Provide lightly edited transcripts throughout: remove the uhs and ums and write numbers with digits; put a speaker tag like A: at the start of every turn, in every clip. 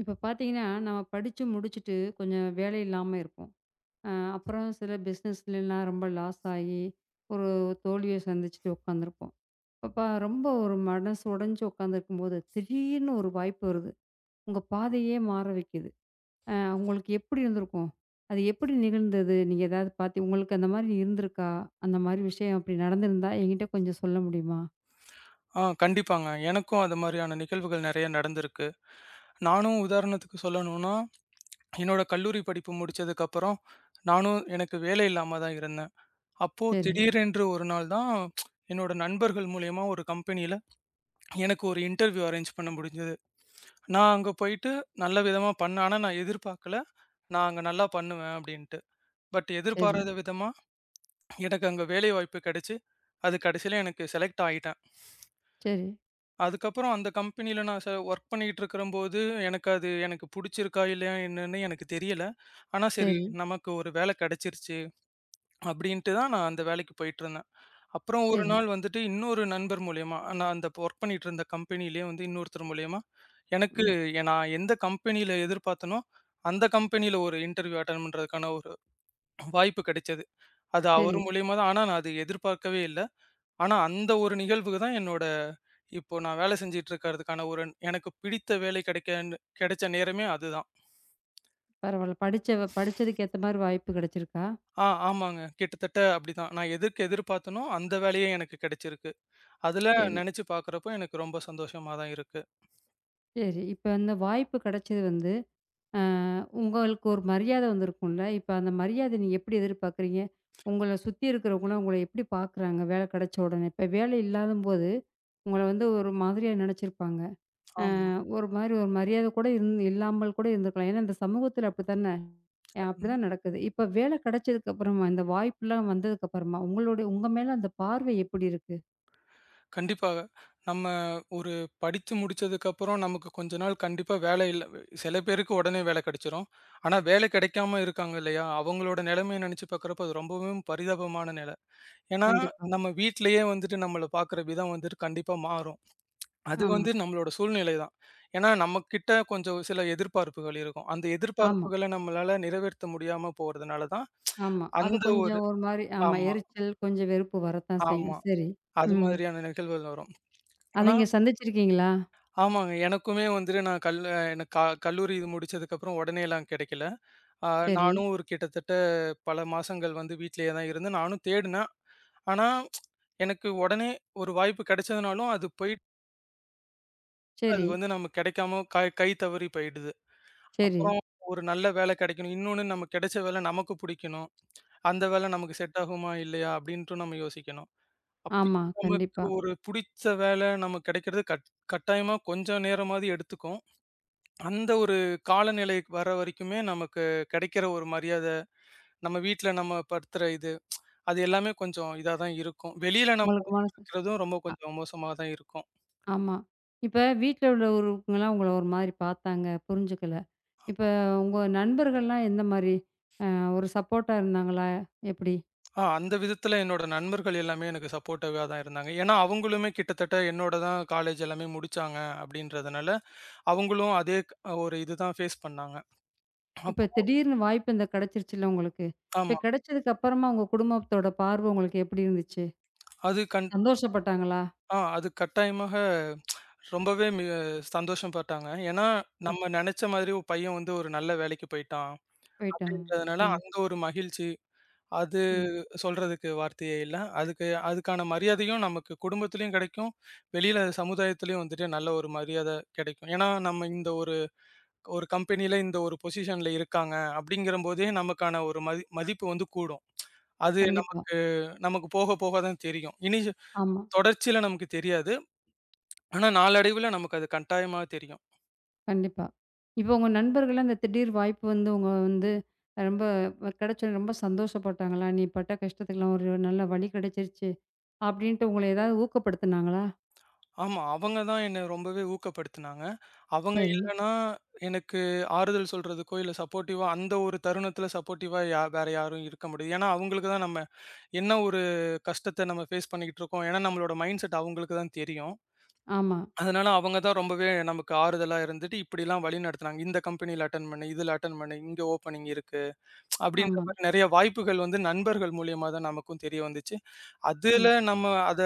A: இப்போ பார்த்தீங்கன்னா, நம்ம படிச்சு முடிச்சுட்டு கொஞ்சம் வேலை இல்லாம இருப்போம். அப்புறம் சில பிஸ்னஸ்லலாம் ரொம்ப லாஸ் ஆகி, ஒரு தோல்விய சந்திச்சுட்டு உட்காந்துருப்போம். அப்ப ரொம்ப ஒரு மனசு உடைஞ்சு உட்காந்துருக்கும்போது, திடீர்னு ஒரு வாய்ப்பு வருது. உங்க பாதையே மாற வைக்குது. அ உங்களுக்கு எப்படி இருந்திருக்கும்? அது எப்படி நிகழ்ந்தது? நீங்க ஏதாவது பார்த்து உங்களுக்கு அந்த மாரி இருந்திருக்கா? அந்த மாரி விஷயம் அப்படி நடந்திருந்தா என்கிட்ட கொஞ்சம் சொல்ல முடியுமா?
B: ஆ கண்டிப்பாங்க. எனக்கும் அது மாரியான நிகழ்வுகள் நெறைய நடந்திருக்கு. நானும் உதாரணத்துக்கு சொல்லணும்னா, என்னோட கல்லூரி படிப்பு முடிச்சதுக்கப்புறம், நானும் எனக்கு வேலை இல்லாம தான் இருந்தேன். அப்போ
A: சரி,
B: திடீரென்று ஒரு நாள் தான் என்னோட நண்பர்கள் மூலியமா ஒரு கம்பெனியில எனக்கு ஒரு இன்டர்வியூ அரேஞ்ச் பண்ண முடிஞ்சது. நான் அங்க போயிட்டு நல்ல விதமா பண்ணேன். ஆனா நான் எதிர்பார்க்கல. நான் அங்க நல்லா பண்ணுவேன் அப்டின்ட்டு. பட்
A: சரி,
B: எதிர்பாராத விதமா எனக்கு அங்க வேலை வாய்ப்பு கெடைச்சு, அது கடைசியில எனக்கு செலக்ட் ஆயிட்டேன்.
A: சரி,
B: அதுக்கப்புறம் அந்த கம்பெனியில நான் ஒர்க் பண்ணிக்கிட்டு இருக்கும்போது, எனக்கு அது புடிச்சிருக்கா இல்லையா என்னன்னு எனக்கு தெரியல. ஆனா சரி,
A: சரி,
B: நமக்கு ஒரு வேலை கிடைச்சிருச்சு அப்படின்ட்டு தான் நான் அந்த வேலைக்கு போயிட்டுருந்தேன். அப்புறம் ஒரு
A: சரி,
B: நாள் வந்துட்டு இன்னொரு நண்பர் மூலியமா, நான் அந்த ஒர்க் பண்ணிட்டு இருந்த கம்பெனியிலேயே வந்து இன்னொருத்தர் மூலியமா, எனக்கு
A: ம்.
B: நான் எந்த கம்பெனியில எதிர்பார்த்தேனோ, அந்த கம்பெனியில ஒரு இன்டர்வியூ அட்டெண்ட் பண்றதுக்கான ஒரு வாய்ப்பு கிடைச்சது. அது
A: சரி.
B: அவர் மூலியமா தான். ஆனா நான் அது எதிர்பார்க்கவே இல்ல. ஆனா அந்த ஒரு நிகழ்வுக்கு தான் என்னோட இப்போ நான் வேலை செஞ்சுட்டு இருக்கிறதுக்கான ஒரு எனக்கு பிடித்த வேலை கிடைச்ச நேரமே அதுதான்.
A: பரவால்ல. படிச்சவ படிச்சதுக்கு ஏத்த மாரி வாய்ப்பு கிடைச்சிருக்கா?
B: ஆ ஆமாங்க. கிட்டத்தட்ட அப்படிதான். நான் எதுக்கு எதிர்பார்த்தேனோ அந்த வேலையே எனக்கு கிடைச்சிருக்கு. அதுல
A: சரி,
B: நெனச்சு பார்க்குறப்போ எனக்கு ரொம்ப சந்தோஷமா தான் இருக்கு.
A: சரி. இப்ப அந்த வாய்ப்பு கிடைச்சது வந்து, அ உங்களுக்கு ஒரு மரியாதை வந்திருக்கும்ல. இப்ப அந்த மரியாதை நீங்க எப்படி எதிர்பார்க்குறீங்க? உங்கள சுத்தி இருக்கிறவங்கலாம் உங்கள எப்படி பார்க்குறாங்க? வேலை கிடைச்ச உடனே. இப்ப வேலை இல்லாதம்போது, உங்கள வந்து ஒரு மாதிரியா நினைச்சிருப்பாங்க.
B: ஆமா.
A: ஒரு மாரி ஒரு மரியாதை கூட இல்லாமல் கூட இருந்திருக்கலாம். ஏன்னா இந்த சமூகத்தில அப்படித்தானே
B: கண்
A: அப்படிதான் நடக்குது. இப்ப வேலை கிடைச்சதுக்கு அப்புறமா, இந்த வாய்ப்புலாம் வந்ததுக்கு அப்புறமா, உங்க மேல அந்த பார்வை எப்படி இருக்கு?
B: கண்டிப்பாக. நம்ம ஒரு படிச்சு முடிச்சதுக்கப்புறம் நமக்கு கொஞ்ச நாள் கண்டிப்பா வேலை இல்ல, சில பேருக்கு உடனே வேலை கிடைச்சிரும். ஆனா வேலை கிடைக்காம இருக்காங்க இல்லையா? அவங்களோட நிலைமைய நெனச்சு பார்க்குறப்போ அது ரொம்பவும் பரிதாபமான நிலை. ஏன்னா,
A: கண்டிப்பா.
B: நம்ம வீட்லயே வந்துட்டு நம்மள பார்க்குற விதம் வந்துட்டு கண்டிப்பா மாறும். அது
A: ஆமா,
B: வந்து நம்மளோட சூழ்நிலை தான். ஏன்னா, நம்மகிட்ட கொஞ்சம் சில எதிர்பார்ப்புகள் இருக்கும். அந்த
A: ஆமா.
B: எதிர்பார்ப்புகள நம்மளால நிறைவேத்த முடியாம போறதுனால தான்,
A: ஆமா. அது
B: அந்த ஒரு
A: கொஞ்சம் ஒரு மாரி ஆமா.
B: ஆமா,
A: எரிச்சல், கொஞ்சம் வெறுப்பு வரத்தான்
B: ஆமா.
A: செய்யும். சரி.
B: அது
A: ம்.
B: மாதிரியான நிகழ்வுகள் வரும்.
A: அத
B: ஆனா
A: நீங்க சந்திச்சிருக்கீங்களா?
B: ஆமாங்க. எனக்குமே வந்துட்டு நான் கல் எனக்கு கல்லூரி இது முடிச்சதுக்கப்புறம் உடனேலாம் கிடைக்கல. அ
A: சரி,
B: நானும் ஒரு கிட்டத்தட்ட பல மாசங்கள் வந்து வீட்லயே தான் இருந்து நானும் தேடினேன். ஆனா, எனக்கு உடனே ஒரு வாய்ப்பு கிடைச்சதுனாலும், அது போயிட்டு, அது
A: சரி,
B: வந்து நமக்கு கிடைக்காம கை கை தவறி போயிடுது.
A: சரி.
B: அப்புறம் ஒரு நல்ல வேலை கிடைக்கணும். இன்னொன்னு நம்ம கிடைச்ச வேலை நமக்கு புடிக்கணும். அந்த வேலை நமக்கு செட் ஆகுமா? இல்லையா? அப்படின்ட்டு நம்ம யோசிக்கணும். அப்படி
A: ஆமா,
B: நமக்கு
A: கண்டிப்பா.
B: ஒரு புடிச்ச வேலை நமக்கு கிடைக்கிறது கட்டாயமா கொஞ்சம் நேரமாவது எடுத்துக்கும். அந்த ஒரு காலநிலை வர வரைக்குமே நமக்கு கிடைக்கிற ஒரு மரியாதை, நம்ம வீட்ல நம்ம படுத்துற இது, அது எல்லாமே கொஞ்சம் இதா தான் இருக்கும். வெளியில நம்ம
A: உங்களுக்கு மனசு
B: இருக்கிறதும் ரொம்ப
A: அ
B: கொஞ்சம் மோசமா தான் இருக்கும்.
A: ஆமா. இப்ப வீட்ல உள்ளவங்கலாம் உங்கள ஒரு மாரி பார்த்தாங்க, புரிஞ்சுக்கல. இப்ப உங்க நண்பர்கள்லாம் எந்த மாரி? ஒரு சப்போர்ட்டா இருந்தாங்களா? எப்படி?
B: ஆ அந்த விதத்துல என்னோட நண்பர்கள் எல்லாமே எனக்கு சப்போர்ட்டிவா தான் இருந்தாங்க. ஏன்னா, அவங்களுமே கிட்டத்தட்ட என்னோட தான் காலேஜ் எல்லாமே முடிச்சாங்க அப்படின்றதுனால, அவங்களும் அதே ஒரு இதுதான் ஃபேஸ் பண்ணாங்க.
A: இப்ப
B: அப்போ
A: திடீர்னு வாய்ப்பு இந்த கிடைச்சிருச்சுல்ல உங்களுக்கு. இப்ப
B: ஆமா.
A: கிடைச்சதுக்கு அப்புறமா உங்க குடும்பத்தோட பார்வ உங்களுக்கு எப்படி இருந்துச்சு?
B: அது கண்
A: சந்தோஷப்பட்டாங்களா?
B: ஆ அது கட்டாயமாக, ரொம்பவே மி சந்தோஷம் பட்டாங்க. ஏன்னா, நம்ம நெனச்ச மாதிரி ஒரு பையன் வந்து ஒரு நல்ல வேலைக்கு போயிட்டான்
A: போயிட்டு
B: அப்படின்றதுனால,
A: ம்,
B: அந்த ஒரு மகிழ்ச்சி அது
A: ம்.
B: சொல்றதுக்கு வார்த்தையே இல்ல. அதுக்கு அதுக்கான மரியாதையும் நமக்கு குடும்பத்திலயும் கெடைக்கும். வெளியில சமுதாயத்திலயும் வந்துட்டு நல்ல ஒரு மரியாதை கெடைக்கும். ஏன்னா, நம்ம இந்த ஒரு ஒரு கம்பெனியில இந்த ஒரு பொசிஷன்ல இருக்காங்க அப்படிங்கிறம்போதே நமக்கான ஒரு மதிப்பு வந்து கூடும். அது
A: கண்டிப்பா.
B: நமக்கு நமக்கு போக போக தான் தெரியும். இனி
A: ஆமா.
B: தொடர்ச்சியில நமக்கு தெரியாது. ஆனா நாளடைவுல நமக்கு அது கட்டாயமா தெரியும்.
A: கண்டிப்பா. இப்போ உங்க நண்பர்கள்லாம் அந்த திடீர் வாய்ப்பு வந்து உங்க வந்து ரொம்ப கிடைச்சோனே ரொம்ப சந்தோஷப்பட்டாங்களா? "நீ பட்ட கஷ்டத்துக்குலாம் ஒரு நல்ல வழி கிடைச்சிருச்சு." அப்படின்ட்டு உங்கள ஏதாவது ஊக்கப்படுத்துனாங்களா?
B: ஆமா, அவங்க தான் என்ன ரொம்பவே ஊக்கப்படுத்துனாங்க. அவங்க
A: சரி.
B: இல்லன்னா எனக்கு ஆறுதல் சொல்றதுக்கோ, இல்ல சப்போர்ட்டிவா அந்த ஒரு தருணத்துல சப்போர்ட்டிவா வேற யாரும் இருக்க முடியாது. ஏன்னா, அவங்களுக்கு தான் நம்ம என்ன ஒரு கஷ்டத்த நம்ம ஃபேஸ் பண்ணிக்கிட்டு இருக்கோம். ஏன்னா, நம்மளோட மைண்ட் செட் அவங்களுக்கு தான் தெரியும்.
A: ஆமா,
B: அதனால அவங்க தான் ரொம்பவே நமக்கு ஆறுதலா இருந்துட்டு, இப்படிலாம் வழிநடத்துனாங்க. இந்த கம்பெனியில அட்டெண்ட் பண்ணு, இதுல அட்டெண்ட் பண்ணு, இங்க ஓப்பனிங் இருக்கு. அப்படின்ற
A: ஆமா.
B: மாரி நெறைய வாய்ப்புகள் வந்து நண்பர்கள் மூலியமா தான் நமக்கும் தெரிய வந்துச்சு.
A: ம்.
B: அதுல நம்ம அத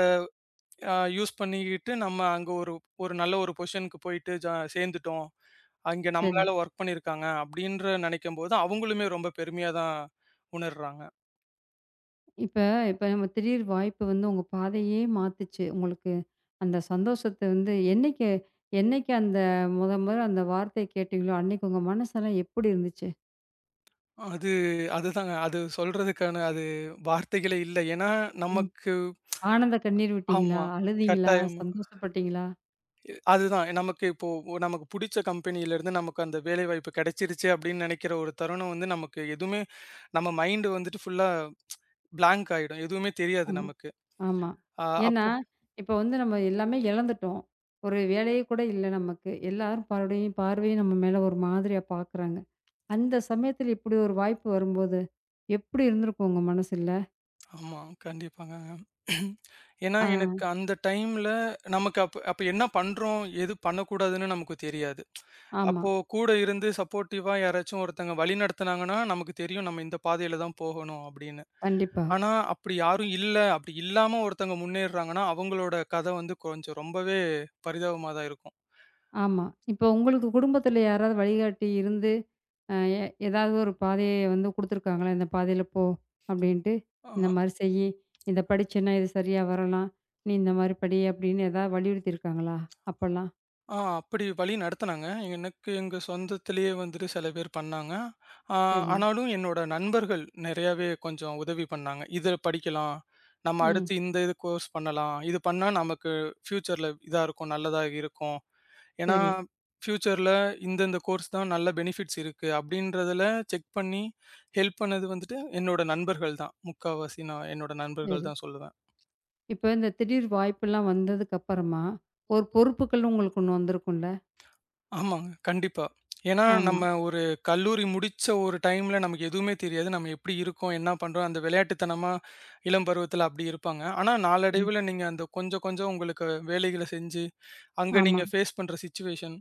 B: அ யூஸ் பண்ணிக்கிட்டு, நம்ம அங்க ஒரு ஒரு நல்ல ஒரு பொசிஷனுக்கு போயிட்டு சேர்ந்துட்டோம். அங்க
A: சரி.
B: நம்மளால வொர்க் பண்ணியிருக்காங்க அப்படின்ற நெனைக்கும்போது, அவங்களுமே ரொம்ப பெருமையா தான் உணர்றாங்க.
A: இப்ப இப்ப நம்ம திடீர் வாய்ப்பு வந்து உங்க பாதையே மாத்துச்சு. உங்களுக்கு அந்த சந்தோஷத்த வந்து என்னைக்கு என்னைக்கு அந்த முத முத அந்த வார்த்தைய கேட்டீங்களோ, அன்னைக்கு உங்க மனசெல்லாம் எப்படி இருந்துச்சு?
B: அது அதுதாங்க. அது சொல்றதுக்கான அது வார்த்தைகளே இல்ல. ஏன்னா
A: ம்.
B: நமக்கு
A: ஆனந்த கண்ணீர் விட்டீங்களா?
B: ஆமா.
A: அழுதீங்களா?
B: கட்டாயமா.
A: சந்தோஷப்பட்டீங்களா?
B: அதுதான். நமக்கு இப்போ நமக்கு புடிச்ச கம்பெனியிலருந்து நமக்கு அந்த வேலைவாய்ப்பு கிடைச்சிருச்சு அப்படின்னு நினைக்கிற ஒரு தருணம் வந்து நமக்கு எதுவுமே நம்ம மைண்ட் வந்துட்டு ஃபுல்லா பிளாங்க் ஆயிடும். எதுவுமே தெரியாது
A: ஆமா.
B: நமக்கு.
A: ஆமா.
B: அ
A: ஏன்னா,
B: அப்போ
A: இப்ப வந்து நம்ம எல்லாமே இழந்துட்டோம். ஒரு வேலையே கூட இல்ல நமக்கு. எல்லாரும் பார்வையும் பார்வையும் நம்ம மேல ஒரு மாதிரியா பார்க்குறாங்க. அந்த சமயத்துல இப்படி ஒரு வாய்ப்பு வரும்போது, எப்படி இருந்திருக்கும் உங்க மனசுல?
B: ஆமா. கண்டிப்பாங்க. ஏன்னா
A: ஆ,
B: எனக்கு அந்த டைம்ல நமக்கு அப்ப அப்ப என்ன பண்றோம்? எது பண்ணக்கூடாதுன்னு நமக்கு தெரியாது.
A: ஆமா.
B: அப்போ கூட இருந்து சப்போர்ட்டிவா யாராச்சும் ஒருத்தங்க வழி நடத்துனாங்கன்னா, நமக்கு தெரியும் நம்ம இந்த பாதையில தான் போகணும் அப்படின்னு.
A: கண்டிப்பா.
B: ஆனா, அப்படி யாரும் இல்ல. அப்படி இல்லாம ஒருத்தவங்க முன்னேறுறாங்கன்னா, அவங்களோட கதை வந்து கொஞ்சம் ரொம்பவே பரிதாபமா தான் இருக்கும்.
A: ஆமா. இப்ப உங்களுக்கு குடும்பத்துல யாராவது வழிகாட்டி இருந்து, அ எ ஏதாவது ஒரு பாதைய வந்து குடுத்துருக்காங்களா? "இந்த பாதையில போ" அப்படின்ட்டு. "இந்த
B: ஆ.
A: மாரி செய்யி. இத படிச்சேன்னா இது சரியா வரலாம். நீ இந்த மாரி படி" அப்படின்னு ஏதாவது வலியுறுத்தியிருக்காங்களா? அப்பலாம்.
B: ஆ அப்படி வழி நடத்துனாங்க. எனக்கு எங்க சொந்தத்திலேயே வந்துட்டு சில பேர் பண்ணாங்க. ஆ
A: சரி.
B: ஆனாலும் என்னோட நண்பர்கள் நிறையாவே கொஞ்சம் உதவி பண்ணாங்க. இதில படிக்கலாம். நம்ம
A: ம்.
B: அடுத்து இந்த இது கோர்ஸ் பண்ணலாம். இது பண்ணா நமக்கு ஃப்யூச்சர்ல இதா இருக்கும், நல்லதா இருக்கும். ஏன்னா,
A: சரி,
B: ஃப்யூச்சர்ல இந்தந்த கோர்ஸ் தான் நல்ல பெனிஃபிட்ஸ் இருக்கு. அப்படின்றதில செக் பண்ணி ஹெல்ப் பண்ணது வந்துட்டு என்னோட நண்பர்கள் தான். முக்காவாசி நான் என்னோட நண்பர்கள்
A: சரி.
B: தான் சொல்லுவேன்.
A: இப்ப இந்த திடீர் வாய்ப்பெல்லாம் வந்ததுக்கு அப்பறமா, ஒரு பொறுப்புகள் உங்களுக்கு ஒண்ணு வந்திருக்கும்ல?
B: ஆமாங்க. கண்டிப்பா. ஏன்னா,
A: ஆமா.
B: நம்ம ஒரு கல்லூரி முடிச்ச ஒரு டைம்ல நமக்கு எதுவுமே தெரியாது. நம்ம எப்படி இருக்கோம்? என்ன பண்றோம்? அந்த விளையாட்டுத்தனமா இளம் பருவத்தில அப்படி இருப்பாங்க. ஆனா,
A: ம்.
B: நாளடைவுல நீங்க அந்த கொஞ்சம் கொஞ்சம் உங்களுக்கு வேலைகள செஞ்சு, அங்க
A: ஆமா,
B: நீங்க ஃபேஸ் பண்ற சிச்சுவேஷன்,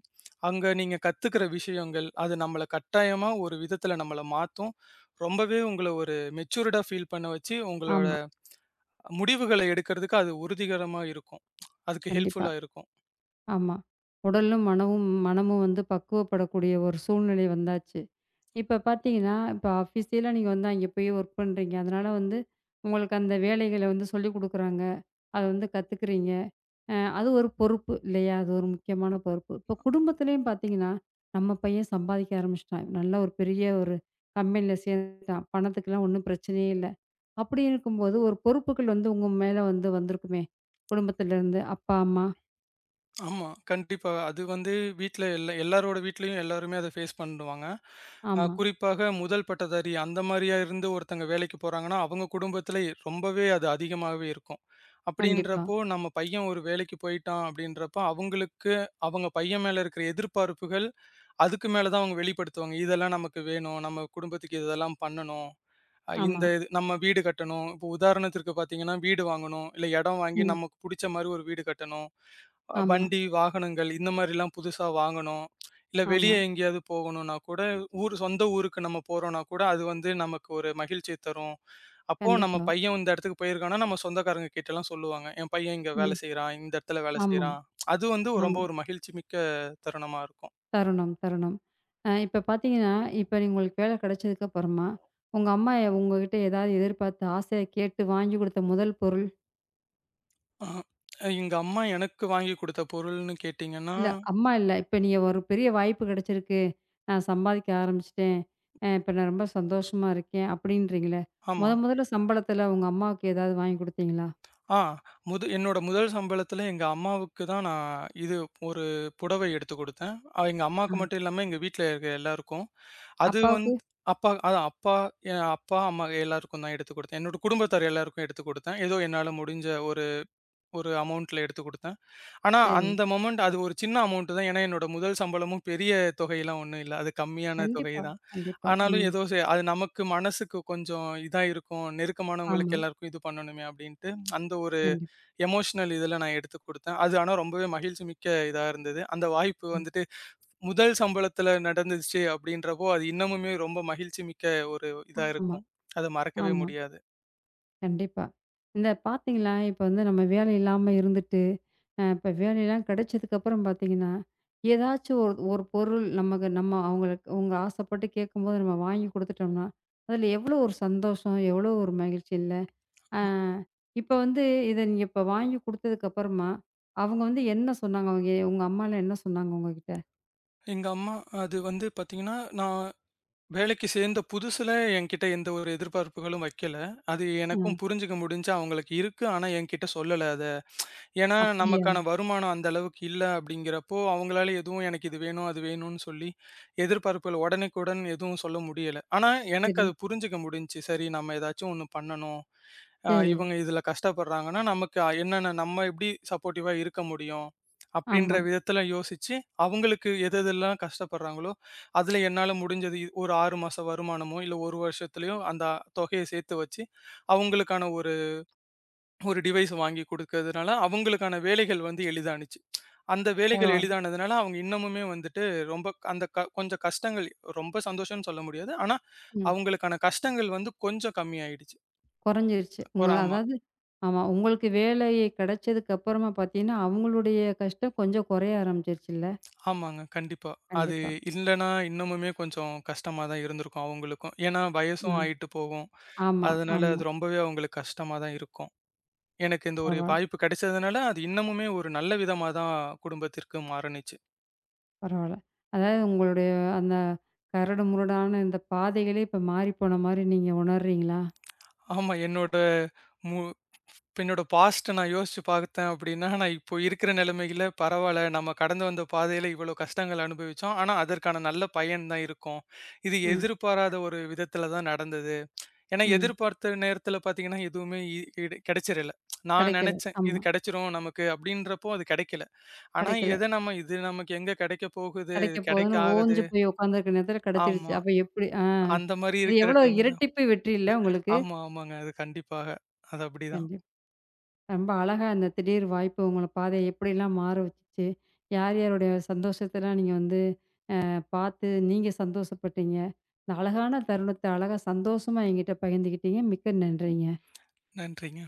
B: அங்க நீங்க கத்துக்கிற விஷயங்கள், அது நம்மள கட்டாயமா ஒரு விதத்தில நம்மள மாத்தும். ரொம்பவே உங்கள ஒரு மெச்சூர்டா ஃபீல் பண்ண வச்சு, உங்களோட
A: ஆமா.
B: முடிவுகள எடுக்கிறதுக்கு அது உறுதிகரமா இருக்கும். அதுக்கு
A: கண்டிப்பா.
B: ஹெல்ப்ஃபுல்லா இருக்கும்.
A: ஆமா. உடலும், மனமும் மனமும் வந்து பக்குவப்படக்கூடிய ஒரு சூழ்நிலை வந்தாச்சு. இப்ப பார்த்தீங்கன்னா, இப்ப ஆஃபீஸியலா நீங்க வந்து அங்கே போய் ஒர்க் பண்றீங்க. அதனால வந்து உங்களுக்கு அந்த வேலைகள வந்து சொல்லிக் குடுக்குறாங்க. அது வந்து கத்துக்கிறீங்க. அது ஒரு பொறுப்பு இல்லையா? அது ஒரு முக்கியமான பொறுப்பு. இப்போ குடும்பத்திலயும் பார்த்தீங்கன்னா, நம்ம பையன் சம்பாதிக்க ஆரம்பிச்சுட்டான். நல்ல ஒரு பெரிய ஒரு கம்பெனில சேர்ந்துட்டான். பணத்துக்கெல்லாம் ஒண்ணும் பிரச்சனையே இல்ல. அப்படி இருக்கும்போது ஒரு பொறுப்புகள் வந்து உங்க மேல வந்து வந்திருக்குமே! குடும்பத்திலருந்து அப்பா, அம்மா.
B: ஆமா. கண்டிப்பா. அது வந்து வீட்ல எல்லாரோட வீட்லயும் எல்லாருமே அத ஃபேஸ் பண்ணுவாங்க. அ
A: ஆமா.
B: குறிப்பாக முதல் பட்டதாரி அந்த மாரியா இருந்து ஒருத்தங்க வேலைக்கு போறாங்கன்னா, அவங்க குடும்பத்தில ரொம்பவே அது அதிகமாவே இருக்கும்.
A: கண்டிப்பா.
B: அப்படின்றப்போ, நம்ம பையன் ஒரு வேலைக்கு போயிட்டான் அப்படின்றப்போ, அவங்களுக்கு அவங்க பையன் மேல இருக்கிற எதிர்பார்ப்புகள், அதுக்கு மேல தான் அவங்க வெளிப்படுத்துவாங்க. இதெல்லாம் நமக்கு வேணும். நம்ம குடும்பத்துக்கு இதெல்லாம் பண்ணணும். அ
A: ஆமா.
B: இந்த இது நம்ம வீடு கட்டணும். இப்போ உதாரணத்திற்கு பார்த்தீங்கன்னா, வீடு வாங்கணும். இல்ல இடம் வாங்கி
A: ம்.
B: நமக்கு புடிச்ச மாரி ஒரு வீடு கட்டணும். அ
A: ஆமா,
B: வண்டி, வாகனங்கள் இந்த மாரிலாம் புதுசா வாங்கணும். இல்ல வெளிய
A: ஆமா.
B: எங்கேயாவது போகணும்னா கூட, சொந்த ஊருக்கு நம்ம போறோம்னா கூட, அது வந்து நமக்கு ஒரு மகிழ்ச்சிய தரும். அப்போ நம்ம
A: கண்டிப்பா.
B: பையன் இந்த இடத்துக்கு போயிருக்கான்னா, நம்ம சொந்தக்காரங்க கிட்டலாம் சொல்லுவாங்க. என் பையன் இங்க வேலை
A: ம்.
B: செய்றான். இந்த இடத்துல வேலை
A: ஆமா,
B: செய்றான். அது வந்து ரொம்ப
A: ஆமா.
B: ஒரு மகிழ்ச்சி மிக்க தருணமா இருக்கும்.
A: தருணம், தருணம். இப்ப பார்த்தீங்கன்னா, இப்ப உங்களுக்கு வேலை கிடைச்சதுக்கு அப்புறமா, உங்க அம்மா உங்ககிட்ட ஏதாவது எதிர்பார்த்து ஆசையா கேட்டு வாங்கி குடுத்த முதல் பொருள்?
B: அ எங்க அம்மா எனக்கு வாங்கி குடுத்த பொருள்னு கேட்டீங்கன்னா,
A: இல்ல அம்மா இல்ல. இப்ப நீங்க ஒரு பெரிய வாய்ப்பு கிடைச்சிருக்கு. நான் சம்பாதிக்க ஆரம்பிச்சுட்டேன். இப்ப நான் ரொம்ப சந்தோஷமா இருக்கேன் அப்படின்றீங்கள்ல.
B: ஆமா.
A: மொதல்ல சம்பளத்துல உங்க அம்மாவுக்கு ஏதாவது வாங்கி குடுத்தீங்களா?
B: ஆ. என்னோட முதல் சம்பளத்தில எங்க அம்மாவுக்கு தான் நான் இது ஒரு புடவை எடுத்து குடுத்தேன். அ எங்க
A: ஆ.
B: அம்மாவுக்கு மட்டும் இல்லாம எங்க வீட்ல இருக்க எல்லாருக்கும். அது வந்து
A: அப்பாவுக்கு?
B: அப்பா என் அப்பா, அம்மா எல்லாருக்கும் தான் எடுத்து குடுத்தேன். என்னோட குடும்பத்தார் எல்லாருக்கும் எடுத்து குடுத்தேன். ஏதோ என்னால முடிஞ்ச ஒரு ஒரு அமௌண்ட்ல எடுத்து குடுத்தேன். ஆனா
A: சரி.
B: அந்த மொமெண்ட் அது ஒரு சின்ன அமௌண்ட் தான். ஏன்னா என்னோட முதல் சம்பளமும் பெரிய தொகையெல்லாம் ஒண்ணும் இல்ல. அது கம்மியான தொகை
A: கண்டிப்பா,
B: தான்.
A: கண்டிப்பா.
B: ஆனாலும்
A: ம்.
B: ஏதோ அது நமக்கு மனசுக்கு கொஞ்சம் இதா இருக்கும். நெருக்கமானவங்களுக்கு
A: ஆமா.
B: எல்லாருக்கும் இது பண்ணணுமே! அப்டின்ட்டு அந்த ஒரு
A: கண்டிப்பா.
B: எமோஷனல் இதில நான் எடுத்து குடுத்தேன். அது ஆனா ரொம்பவே மகிழ்ச்சி மிக்க இதா இருந்தது. அந்த வாய்ப்பு
A: ம்.
B: வந்துட்டு முதல் சம்பளத்தில நடந்துச்சு அப்படின்றப்போ, அது இன்னமுமே ரொம்ப மகிழ்ச்சி மிக்க ஒரு இதா
A: ஆமா,
B: இருக்கும். அத மறக்கவே
A: ஆமா.
B: முடியாது.
A: கண்டிப்பா. இந்த பார்த்தீங்களா, இப்ப வந்து நம்ம வேலை இல்லாம இருந்துட்டு, இப்ப வேலைலாம் கிடைச்சதுக்கப்புறம் பார்த்தீங்கன்னா, ஏதாச்சும் ஒரு ஒரு பொருள் நமக்கு நம்ம அவங்களுக்கு அவங்க ஆசைப்பட்டு கேட்கும்போது நம்ம வாங்கி குடுத்துட்டோம்னா, அதில எவ்வளோ ஒரு சந்தோஷம், எவ்வளோ ஒரு மகிழ்ச்சி இல்ல? அ இப்ப வந்து இத நீங்க இப்ப வாங்கி குடுத்ததுக்கப்புறமா, அவங்க வந்து என்ன சொன்னாங்க? அவங்க உங்க அம்மாலாம் என்ன சொன்னாங்க உங்ககிட்ட?
B: எங்க அம்மா அது வந்து பார்த்தீங்கன்னா, நான் வேலைக்கு சேர்ந்த புதுசுல என்கிட்ட எந்த ஒரு எதிர்பார்ப்புகளும் வைக்கல. அது
A: அ
B: எனக்கும் புரிஞ்சுக்க முடிஞ்சுச்சு. அவங்களுக்கு இருக்கு. ஆனா என்கிட்ட சொல்லல. ஏன்னா,
A: அப்படியா?
B: நமக்கான வருமானம் அந்த அளவுக்கு இல்ல அப்படிங்கிறப்போ, அவங்களால எதுவும் எனக்கு இது வேணும், அது வேணும்னு சொல்லி எதிர்பார்ப்புகள் உடனுக்குடன் எதுவும் சொல்ல முடியல. ஆனா, எனக்கு
A: சரி,
B: அது புரிஞ்சுக்க முடிஞ்சுச்சு. சரி, நம்ம ஏதாச்சும் ஒண்ணு பண்ணணும். அ
A: சரி.
B: இவங்க இதுல கஷ்டப்படுறாங்கன்னா, நமக்கு என்னென்ன நம்ம எப்படி சப்போர்ட்டிவா இருக்க முடியும்? அப்படின்ற
A: ஆமா.
B: விதத்துல யோசிச்சு, அவங்களுக்கு எது எதெல்லாம் கஷ்டப்படுறாங்களோ, அதுல என்னால முடிஞ்சது ஒரு 6 மாச வருமானமோ, இல்ல 1 வருஷத்துலயோ அந்த தொகைய சேர்த்து வச்சு, அவங்களுக்கான ஒரு ஒரு டிவைஸ் வாங்கி குடுக்கிறதுனால, அவங்களுக்கான வேலைகள் வந்து எளிதானுச்சு. அந்த வேலைகள்
A: பரவால்ல.
B: எளிதானதுனால, அவங்க இன்னமுமே வந்துட்டு ரொம்ப அந்த கொஞ்சம் கஷ்டங்கள் ரொம்ப சந்தோஷம்னு சொல்ல முடியாது. ஆனா,
A: ம்.
B: அவங்களுக்கான கஷ்டங்கள் வந்து கொஞ்சம் கம்மியாயிடுச்சு.
A: குறைஞ்சிருச்சு. உங்க
B: ஒரு ஆமா.
A: அதாவது ஆமா. உங்களுக்கு வேலை கிடைச்சதுக்கு அப்புறமா பார்த்தீங்கன்னா, அவங்களுடைய கஷ்டம் கொஞ்சம் குறைய ஆரம்பிச்சிருச்சுல்ல?
B: ஆமாங்க. கண்டிப்பா. அது
A: கண்டிப்பா.
B: இல்லன்னா, இன்னமுமே கொஞ்சம் கஷ்டமா தான் இருந்திருக்கும் அவங்களுக்கும். ஏன்னா,
A: அ.
B: வயசும் ஆயிட்டு போகும்.
A: ஆமா,
B: அதனால
A: ஆமா.
B: அது ரொம்பவே அவங்களுக்கு கஷ்டமா தான் இருக்கும். எனக்கு இந்த ஒரு
A: பரவால்ல,
B: வாய்ப்பு கிடைச்சதுனால, அது இன்னமுமே ஒரு நல்ல விதமா தான் குடும்பத்திற்கு மாறுனுச்சு.
A: பரவால்ல. அதாவது உங்களுடைய அந்த கரடு முரடான இந்த பாதைகளே இப்ப மாறிப்போன மாரி நீங்க உணர்றீங்களா?
B: ஆமா. என்னோட மு இப்ப என்னோட பாஸ்ட்ட நான் யோசிச்சு பார்த்தேன் அப்படின்னா, நான் இப்போ இருக்கிற நிலைமையில பரவால்ல. நம்ம கடந்து வந்த பாதையில இவ்வளோ கஷ்டங்கள் அனுபவிச்சோம். ஆனா, அதற்கான நல்ல பயன் தான் இருக்கும். இது
A: ம்,
B: எதிர்பாராத ஒரு விதத்தில தான் நடந்தது. ஏன்னா,
A: ம்.
B: எதிர்பார்த்த நேரத்தில பார்த்தீங்கன்னா, எதுவுமே இடு கிடைச்சிறல. நான்
A: கிடைக்கல.
B: நெனச்சேன், இது
A: ஆமா.
B: கிடைச்சிரும் நமக்கு அப்படின்றப்போ அது கிடைக்கல. ஆனா,
A: கிடைக்கல.
B: எத நம்ம இது நமக்கு எங்க கிடைக்க போகுது?
A: கிடைக்க
B: இது கிடைக்க
A: போதுன்னு
B: ஆகாது.
A: ஓஞ்சு போய் உட்காந்துருக்க நேரத்தில கிடைச்சிருச்சு.
B: ஆமா.
A: அப்ப எப்படி? ஆ.
B: அந்த மாரி
A: அது
B: இருக்கிற
A: எவ்வளோ
B: டைம் தான்.
A: இரட்டிப்பு வெற்றி இல்ல உங்களுக்கு?
B: ஆமா, ஆமாங்க. அது கண்டிப்பாக. அது அப்படிதான்.
A: கண்டிப்பா. ரொம்ப அழகா அந்த திடீர் வாய்ப்பு உங்கள பாதைய எப்படிலாம் மாற வச்சுச்சு? யார் யாருடைய சந்தோஷத்தலாம் நீங்க வந்து பார்த்து நீங்க சந்தோஷப்பட்டீங்க? இந்த அழகான தருணத்த அழகா சந்தோஷமா என்கிட்ட பகிர்ந்துக்கிட்டீங்க. மிக்க நன்றிங்க.
B: நன்றிங்க.